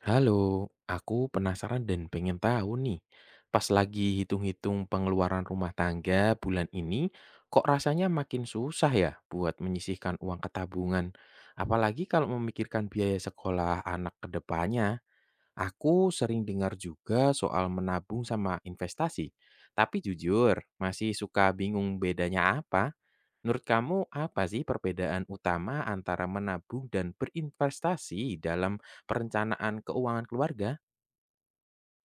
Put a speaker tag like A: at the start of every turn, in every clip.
A: Halo, aku penasaran dan pengen tahu nih, pas lagi hitung-hitung pengeluaran rumah tangga bulan ini, kok rasanya makin susah ya buat menyisihkan uang ke tabungan. Apalagi kalau memikirkan biaya sekolah anak ke depannya, aku sering dengar juga soal menabung sama investasi. Tapi jujur, masih suka bingung bedanya apa. Menurut kamu apa sih perbedaan utama antara menabung dan berinvestasi dalam perencanaan keuangan keluarga?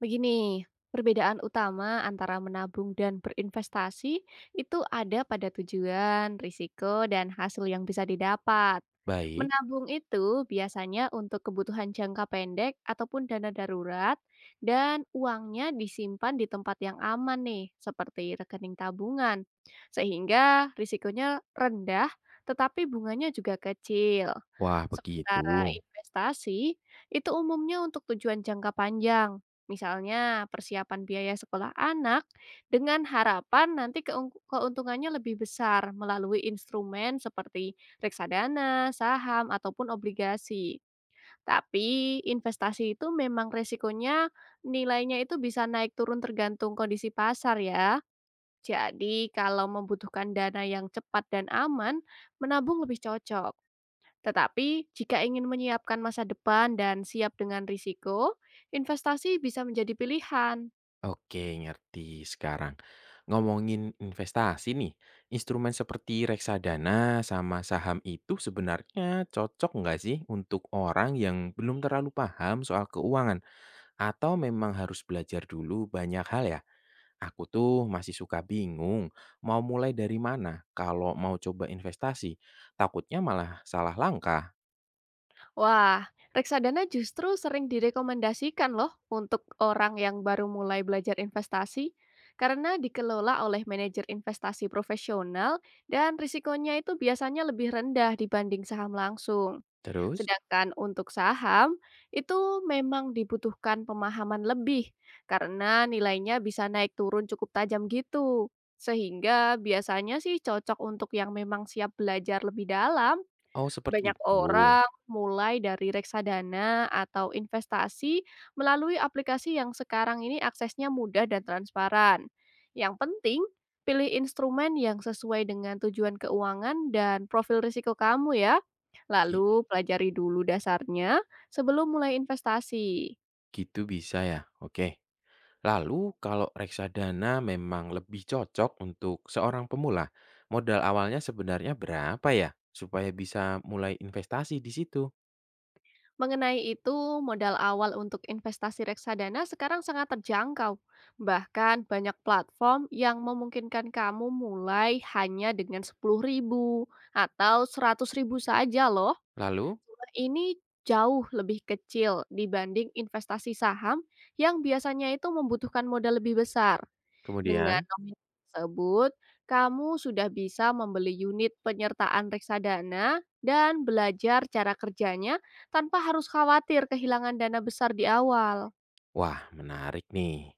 B: Begini, perbedaan utama antara menabung dan berinvestasi itu ada pada tujuan, risiko, dan hasil yang bisa didapat.
A: Baik,
B: Menabung itu biasanya untuk kebutuhan jangka pendek ataupun dana darurat, dan uangnya disimpan di tempat yang aman nih, seperti rekening tabungan, sehingga risikonya rendah, tetapi bunganya juga kecil.
A: wah begitu.
B: Sementara investasi itu umumnya untuk tujuan jangka panjang. Misalnya, persiapan biaya sekolah anak dengan harapan nanti keuntungannya lebih besar melalui instrumen seperti reksadana, saham, ataupun obligasi. Tapi investasi itu memang resikonya nilainya itu bisa naik turun tergantung kondisi pasar ya. Jadi kalau membutuhkan dana yang cepat dan aman, menabung lebih cocok. Tetapi jika ingin menyiapkan masa depan dan siap dengan risiko, investasi bisa menjadi pilihan.
A: Oke, ngerti sekarang. Ngomongin investasi nih, instrumen seperti reksadana sama saham itu sebenarnya cocok nggak sih untuk orang yang belum terlalu paham soal keuangan? Atau memang harus belajar dulu banyak hal ya? Aku tuh masih suka bingung mau mulai dari mana kalau mau coba investasi. Takutnya malah salah langkah.
B: Wah, reksadana justru sering direkomendasikan loh untuk orang yang baru mulai belajar investasi karena dikelola oleh manajer investasi profesional dan risikonya itu biasanya lebih rendah dibanding saham langsung.
A: Terus,
B: Sedangkan untuk saham itu memang dibutuhkan pemahaman lebih karena nilainya bisa naik turun cukup tajam gitu. Sehingga biasanya sih cocok untuk yang memang siap belajar lebih dalam.
A: oh seperti
B: Banyak
A: itu.
B: orang mulai dari reksadana atau investasi melalui aplikasi yang sekarang ini aksesnya mudah dan transparan. Yang penting, pilih instrumen yang sesuai dengan tujuan keuangan dan profil risiko kamu ya.
A: Gi-
B: Lalu pelajari dulu dasarnya sebelum mulai investasi.
A: Gitu bisa ya. Oke. Lalu kalau reksadana memang lebih cocok untuk seorang pemula, modal awalnya sebenarnya berapa ya supaya bisa mulai investasi di situ?
B: Mengenai itu, modal awal untuk investasi reksadana sekarang sangat terjangkau. Bahkan banyak platform yang memungkinkan kamu mulai hanya dengan 10 ribu atau 100 ribu saja loh.
A: Lalu,
B: Jumlah ini jauh lebih kecil dibanding investasi saham yang biasanya itu membutuhkan modal lebih besar. Dengan
A: kemudian,
B: nominal tersebut, kamu sudah bisa membeli unit penyertaan reksadana dan belajar cara kerjanya tanpa harus khawatir kehilangan dana besar di awal.
A: wah, menarik nih.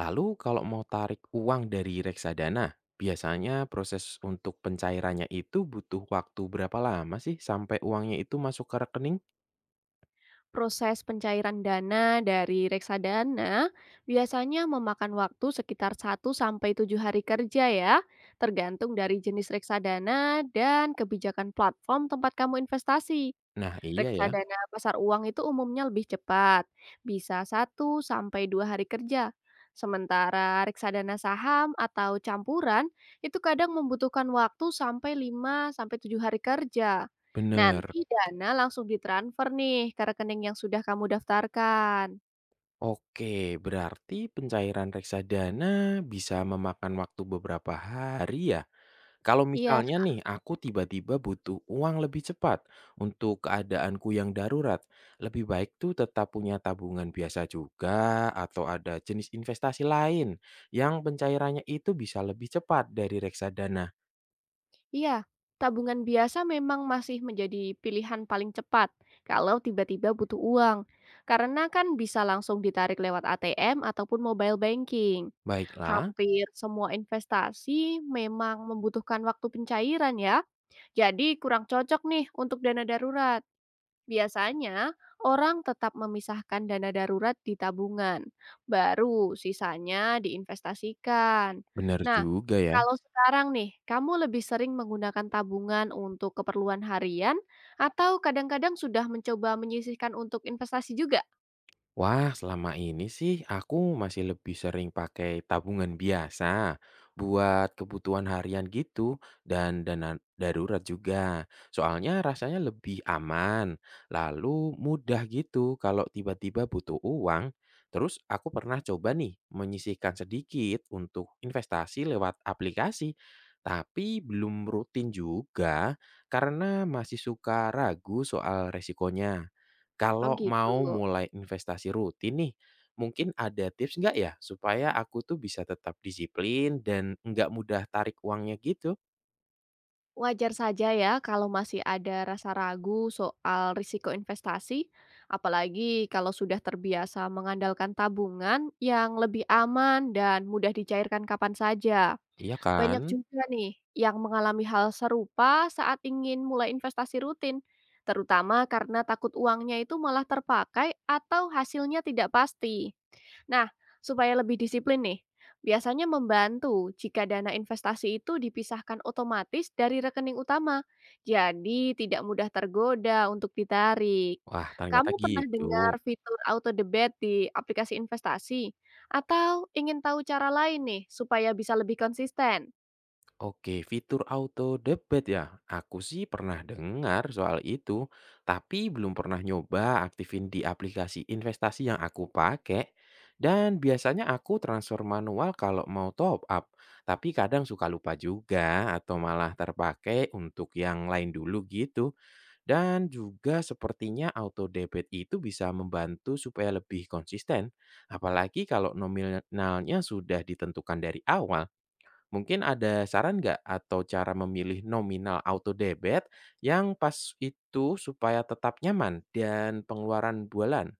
A: Lalu kalau mau tarik uang dari reksadana, biasanya proses untuk pencairannya itu butuh waktu berapa lama sih sampai uangnya itu masuk ke rekening?
B: Proses pencairan dana dari reksadana biasanya memakan waktu sekitar 1 sampai 7 hari kerja ya, tergantung dari jenis reksadana dan kebijakan platform tempat kamu investasi.
A: Nah, iya ya,
B: Reksadana pasar uang itu umumnya lebih cepat, bisa 1 sampai 2 hari kerja. Sementara reksadana saham atau campuran itu kadang membutuhkan waktu sampai 5 sampai 7 hari kerja.
A: bener.
B: Nanti dana langsung ditransfer nih ke rekening yang sudah kamu daftarkan.
A: Oke, berarti pencairan reksadana bisa memakan waktu beberapa hari ya? Kalau
B: Iya,
A: misalnya nih, aku tiba-tiba butuh uang lebih cepat untuk keadaanku yang darurat, lebih baik tuh tetap punya tabungan biasa juga atau ada jenis investasi lain yang pencairannya itu bisa lebih cepat dari reksadana.
B: iya. Tabungan biasa memang masih menjadi pilihan paling cepat kalau tiba-tiba butuh uang, karena kan bisa langsung ditarik lewat ATM ataupun mobile banking.
A: Baiklah,
B: Hampir semua investasi memang membutuhkan waktu pencairan ya, jadi kurang cocok nih untuk dana darurat. Biasanya, orang tetap memisahkan dana darurat di tabungan, baru sisanya diinvestasikan.
A: benar
B: Nah,
A: juga ya.
B: kalau sekarang nih, kamu lebih sering menggunakan tabungan untuk keperluan harian atau kadang-kadang sudah mencoba menyisihkan untuk investasi juga?
A: Wah, selama ini sih aku masih lebih sering pakai tabungan biasa buat kebutuhan harian gitu dan dana darurat juga. Soalnya rasanya lebih aman, lalu mudah gitu kalau tiba-tiba butuh uang. Terus aku pernah coba nih menyisihkan sedikit untuk investasi lewat aplikasi, tapi belum rutin juga karena masih suka ragu soal resikonya.
B: Oh
A: Kalau
B: gitu.
A: mau mulai investasi rutin nih, mungkin ada tips nggak ya supaya aku tuh bisa tetap disiplin dan nggak mudah tarik uangnya gitu?
B: Wajar saja ya kalau masih ada rasa ragu soal risiko investasi, apalagi kalau sudah terbiasa mengandalkan tabungan yang lebih aman dan mudah dicairkan kapan saja.
A: Iya kan?
B: Banyak juga nih yang mengalami hal serupa saat ingin mulai investasi rutin, terutama karena takut uangnya itu malah terpakai atau hasilnya tidak pasti. Nah, supaya lebih disiplin nih, biasanya membantu jika dana investasi itu dipisahkan otomatis dari rekening utama, jadi tidak mudah tergoda untuk ditarik.
A: Wah ternyata
B: Kamu pernah
A: gitu.
B: dengar fitur auto debit di aplikasi investasi? Atau ingin tahu cara lain nih supaya bisa lebih konsisten?
A: Oke, fitur auto debit ya. Aku sih pernah dengar soal itu, tapi belum pernah nyoba aktifin di aplikasi investasi yang aku pakai. Dan biasanya aku transfer manual kalau mau top up, tapi kadang suka lupa juga atau malah terpakai untuk yang lain dulu gitu. Dan juga sepertinya auto debit itu bisa membantu supaya lebih konsisten, apalagi kalau nominalnya sudah ditentukan dari awal. Mungkin ada saran nggak atau cara memilih nominal auto debit yang pas itu supaya tetap nyaman dan pengeluaran bulan?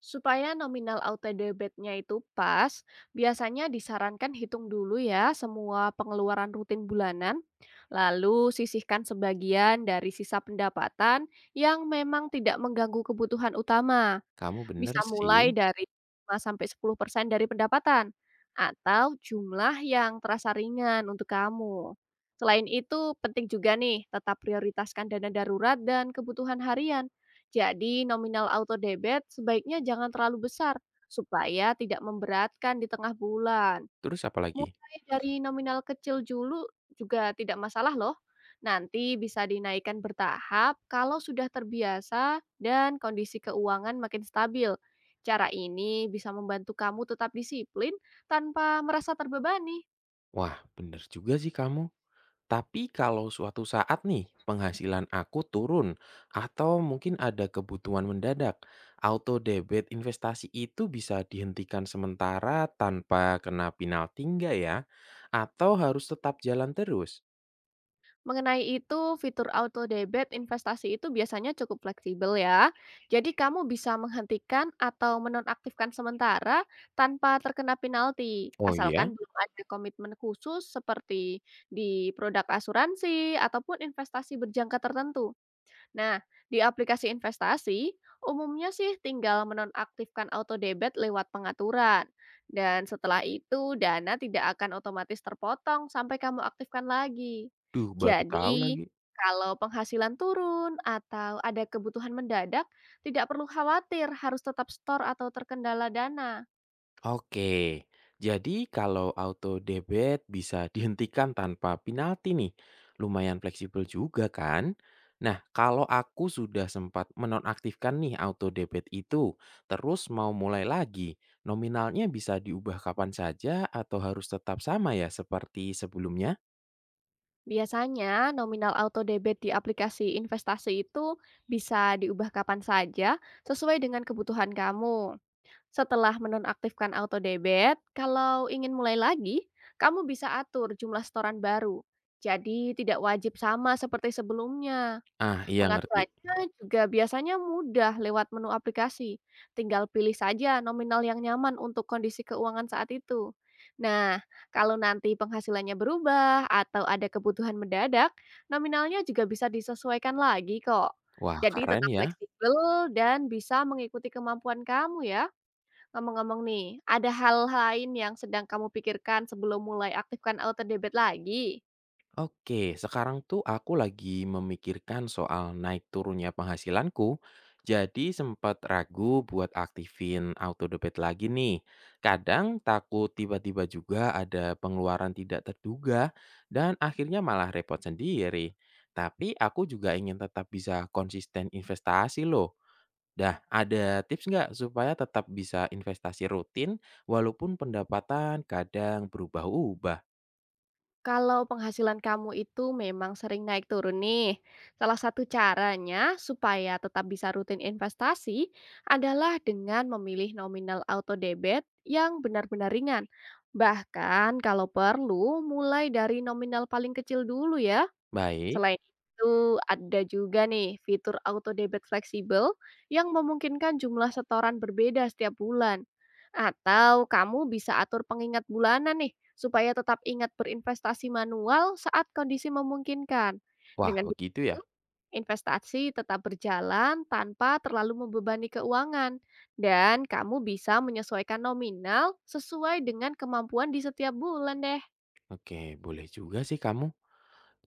B: Supaya nominal auto debitnya itu pas, biasanya disarankan hitung dulu ya semua pengeluaran rutin bulanan, lalu sisihkan sebagian dari sisa pendapatan yang memang tidak mengganggu kebutuhan utama.
A: Kamu bener
B: Bisa
A: sih.
B: mulai dari 5-10% dari pendapatan, atau jumlah yang terasa ringan untuk kamu. Selain itu, penting juga nih tetap prioritaskan dana darurat dan kebutuhan harian. Jadi, nominal auto debit sebaiknya jangan terlalu besar supaya tidak memberatkan di tengah bulan.
A: Terus apa lagi?
B: Mulai dari nominal kecil dulu juga tidak masalah loh. Nanti bisa dinaikkan bertahap kalau sudah terbiasa dan kondisi keuangan makin stabil. Cara ini bisa membantu kamu tetap disiplin tanpa merasa terbebani.
A: Wah, bener juga sih kamu. Tapi kalau suatu saat nih penghasilan aku turun atau mungkin ada kebutuhan mendadak, auto debit investasi itu bisa dihentikan sementara tanpa kena penalti nggak ya? Atau harus tetap jalan terus?
B: Mengenai itu, fitur auto debit investasi itu biasanya cukup fleksibel ya. Jadi kamu bisa menghentikan atau menonaktifkan sementara tanpa terkena penalti,
A: Oh iya?
B: asalkan belum ada komitmen khusus seperti di produk asuransi ataupun investasi berjangka tertentu. Nah, di aplikasi investasi, umumnya sih tinggal menonaktifkan auto debit lewat pengaturan. Dan setelah itu, dana tidak akan otomatis terpotong sampai kamu aktifkan lagi.
A: Duh, baru tahu
B: Jadi,
A: lagi.
B: kalau penghasilan turun atau ada kebutuhan mendadak, tidak perlu khawatir harus tetap store atau terkendala dana.
A: Oke, jadi kalau auto debit bisa dihentikan tanpa penalti nih. Lumayan fleksibel juga kan? Nah, kalau aku sudah sempat menonaktifkan nih auto debit itu, terus mau mulai lagi, nominalnya bisa diubah kapan saja atau harus tetap sama ya seperti sebelumnya?
B: Biasanya, nominal auto debit di aplikasi investasi itu bisa diubah kapan saja sesuai dengan kebutuhan kamu. Setelah menonaktifkan auto debit, kalau ingin mulai lagi, kamu bisa atur jumlah setoran baru. Jadi tidak wajib sama seperti sebelumnya.
A: Ah, iya ngerti.
B: Pengaturannya juga biasanya mudah lewat menu aplikasi. Tinggal pilih saja nominal yang nyaman untuk kondisi keuangan saat itu. Nah, kalau nanti penghasilannya berubah atau ada kebutuhan mendadak, nominalnya juga bisa disesuaikan lagi kok.
A: Wah,
B: Jadi
A: keren
B: tetap
A: ya.
B: fleksibel dan bisa mengikuti kemampuan kamu ya. Ngomong-ngomong nih, ada hal lain yang sedang kamu pikirkan sebelum mulai aktifkan auto-debit lagi?
A: Oke, sekarang tuh aku lagi memikirkan soal naik turunnya penghasilanku, jadi sempat ragu buat aktifin autodebit lagi nih. Kadang takut tiba-tiba juga ada pengeluaran tidak terduga dan akhirnya malah repot sendiri. Tapi aku juga ingin tetap bisa konsisten investasi loh. Dah, ada tips nggak supaya tetap bisa investasi rutin walaupun pendapatan kadang berubah-ubah?
B: Kalau penghasilan kamu itu memang sering naik turun nih, salah satu caranya supaya tetap bisa rutin investasi adalah dengan memilih nominal auto-debit yang benar-benar ringan. Bahkan kalau perlu, mulai dari nominal paling kecil dulu ya.
A: Baik,
B: Selain itu, ada juga nih fitur auto debit fleksibel yang memungkinkan jumlah setoran berbeda setiap bulan. Atau kamu bisa atur pengingat bulanan nih, supaya tetap ingat berinvestasi manual saat kondisi memungkinkan.
A: wah
B: Dengan
A: begitu
B: begitu,
A: ya.
B: investasi tetap berjalan tanpa terlalu membebani keuangan, dan kamu bisa menyesuaikan nominal sesuai dengan kemampuan di setiap bulan deh.
A: Oke, boleh juga sih kamu.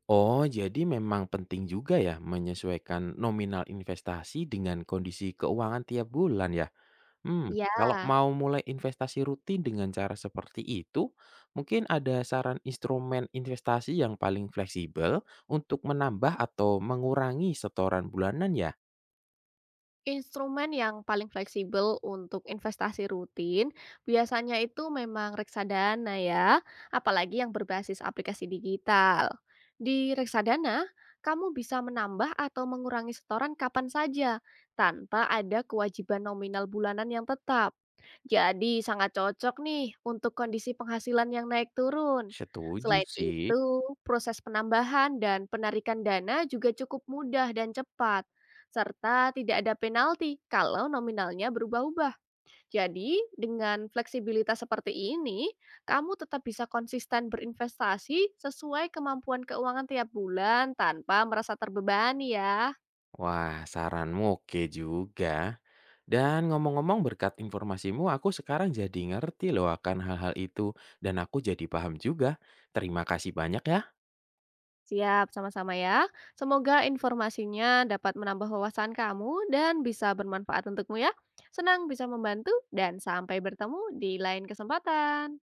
A: Oh, jadi memang penting juga ya menyesuaikan nominal investasi dengan kondisi keuangan tiap bulan ya. Hmm, kalau
B: Ya.
A: mau mulai investasi rutin dengan cara seperti itu, mungkin ada saran instrumen investasi yang paling fleksibel untuk menambah atau mengurangi setoran bulanan ya?
B: Instrumen yang paling fleksibel untuk investasi rutin biasanya itu memang reksadana ya, apalagi yang berbasis aplikasi digital. Di reksadana, kamu bisa menambah atau mengurangi setoran kapan saja tanpa ada kewajiban nominal bulanan yang tetap. Jadi sangat cocok nih untuk kondisi penghasilan yang naik turun.
A: Setuju
B: Selain
A: sih.
B: itu, proses penambahan dan penarikan dana juga cukup mudah dan cepat serta tidak ada penalti kalau nominalnya berubah-ubah. Jadi, dengan fleksibilitas seperti ini, kamu tetap bisa konsisten berinvestasi sesuai kemampuan keuangan tiap bulan tanpa merasa terbebani ya.
A: Wah, saranmu oke juga. Dan ngomong-ngomong berkat informasimu aku sekarang jadi ngerti loh akan hal-hal itu dan aku jadi paham juga. Terima kasih banyak ya.
B: Siap, sama-sama ya. Semoga informasinya dapat menambah wawasan kamu dan bisa bermanfaat untukmu ya. Senang bisa membantu dan sampai bertemu di lain kesempatan.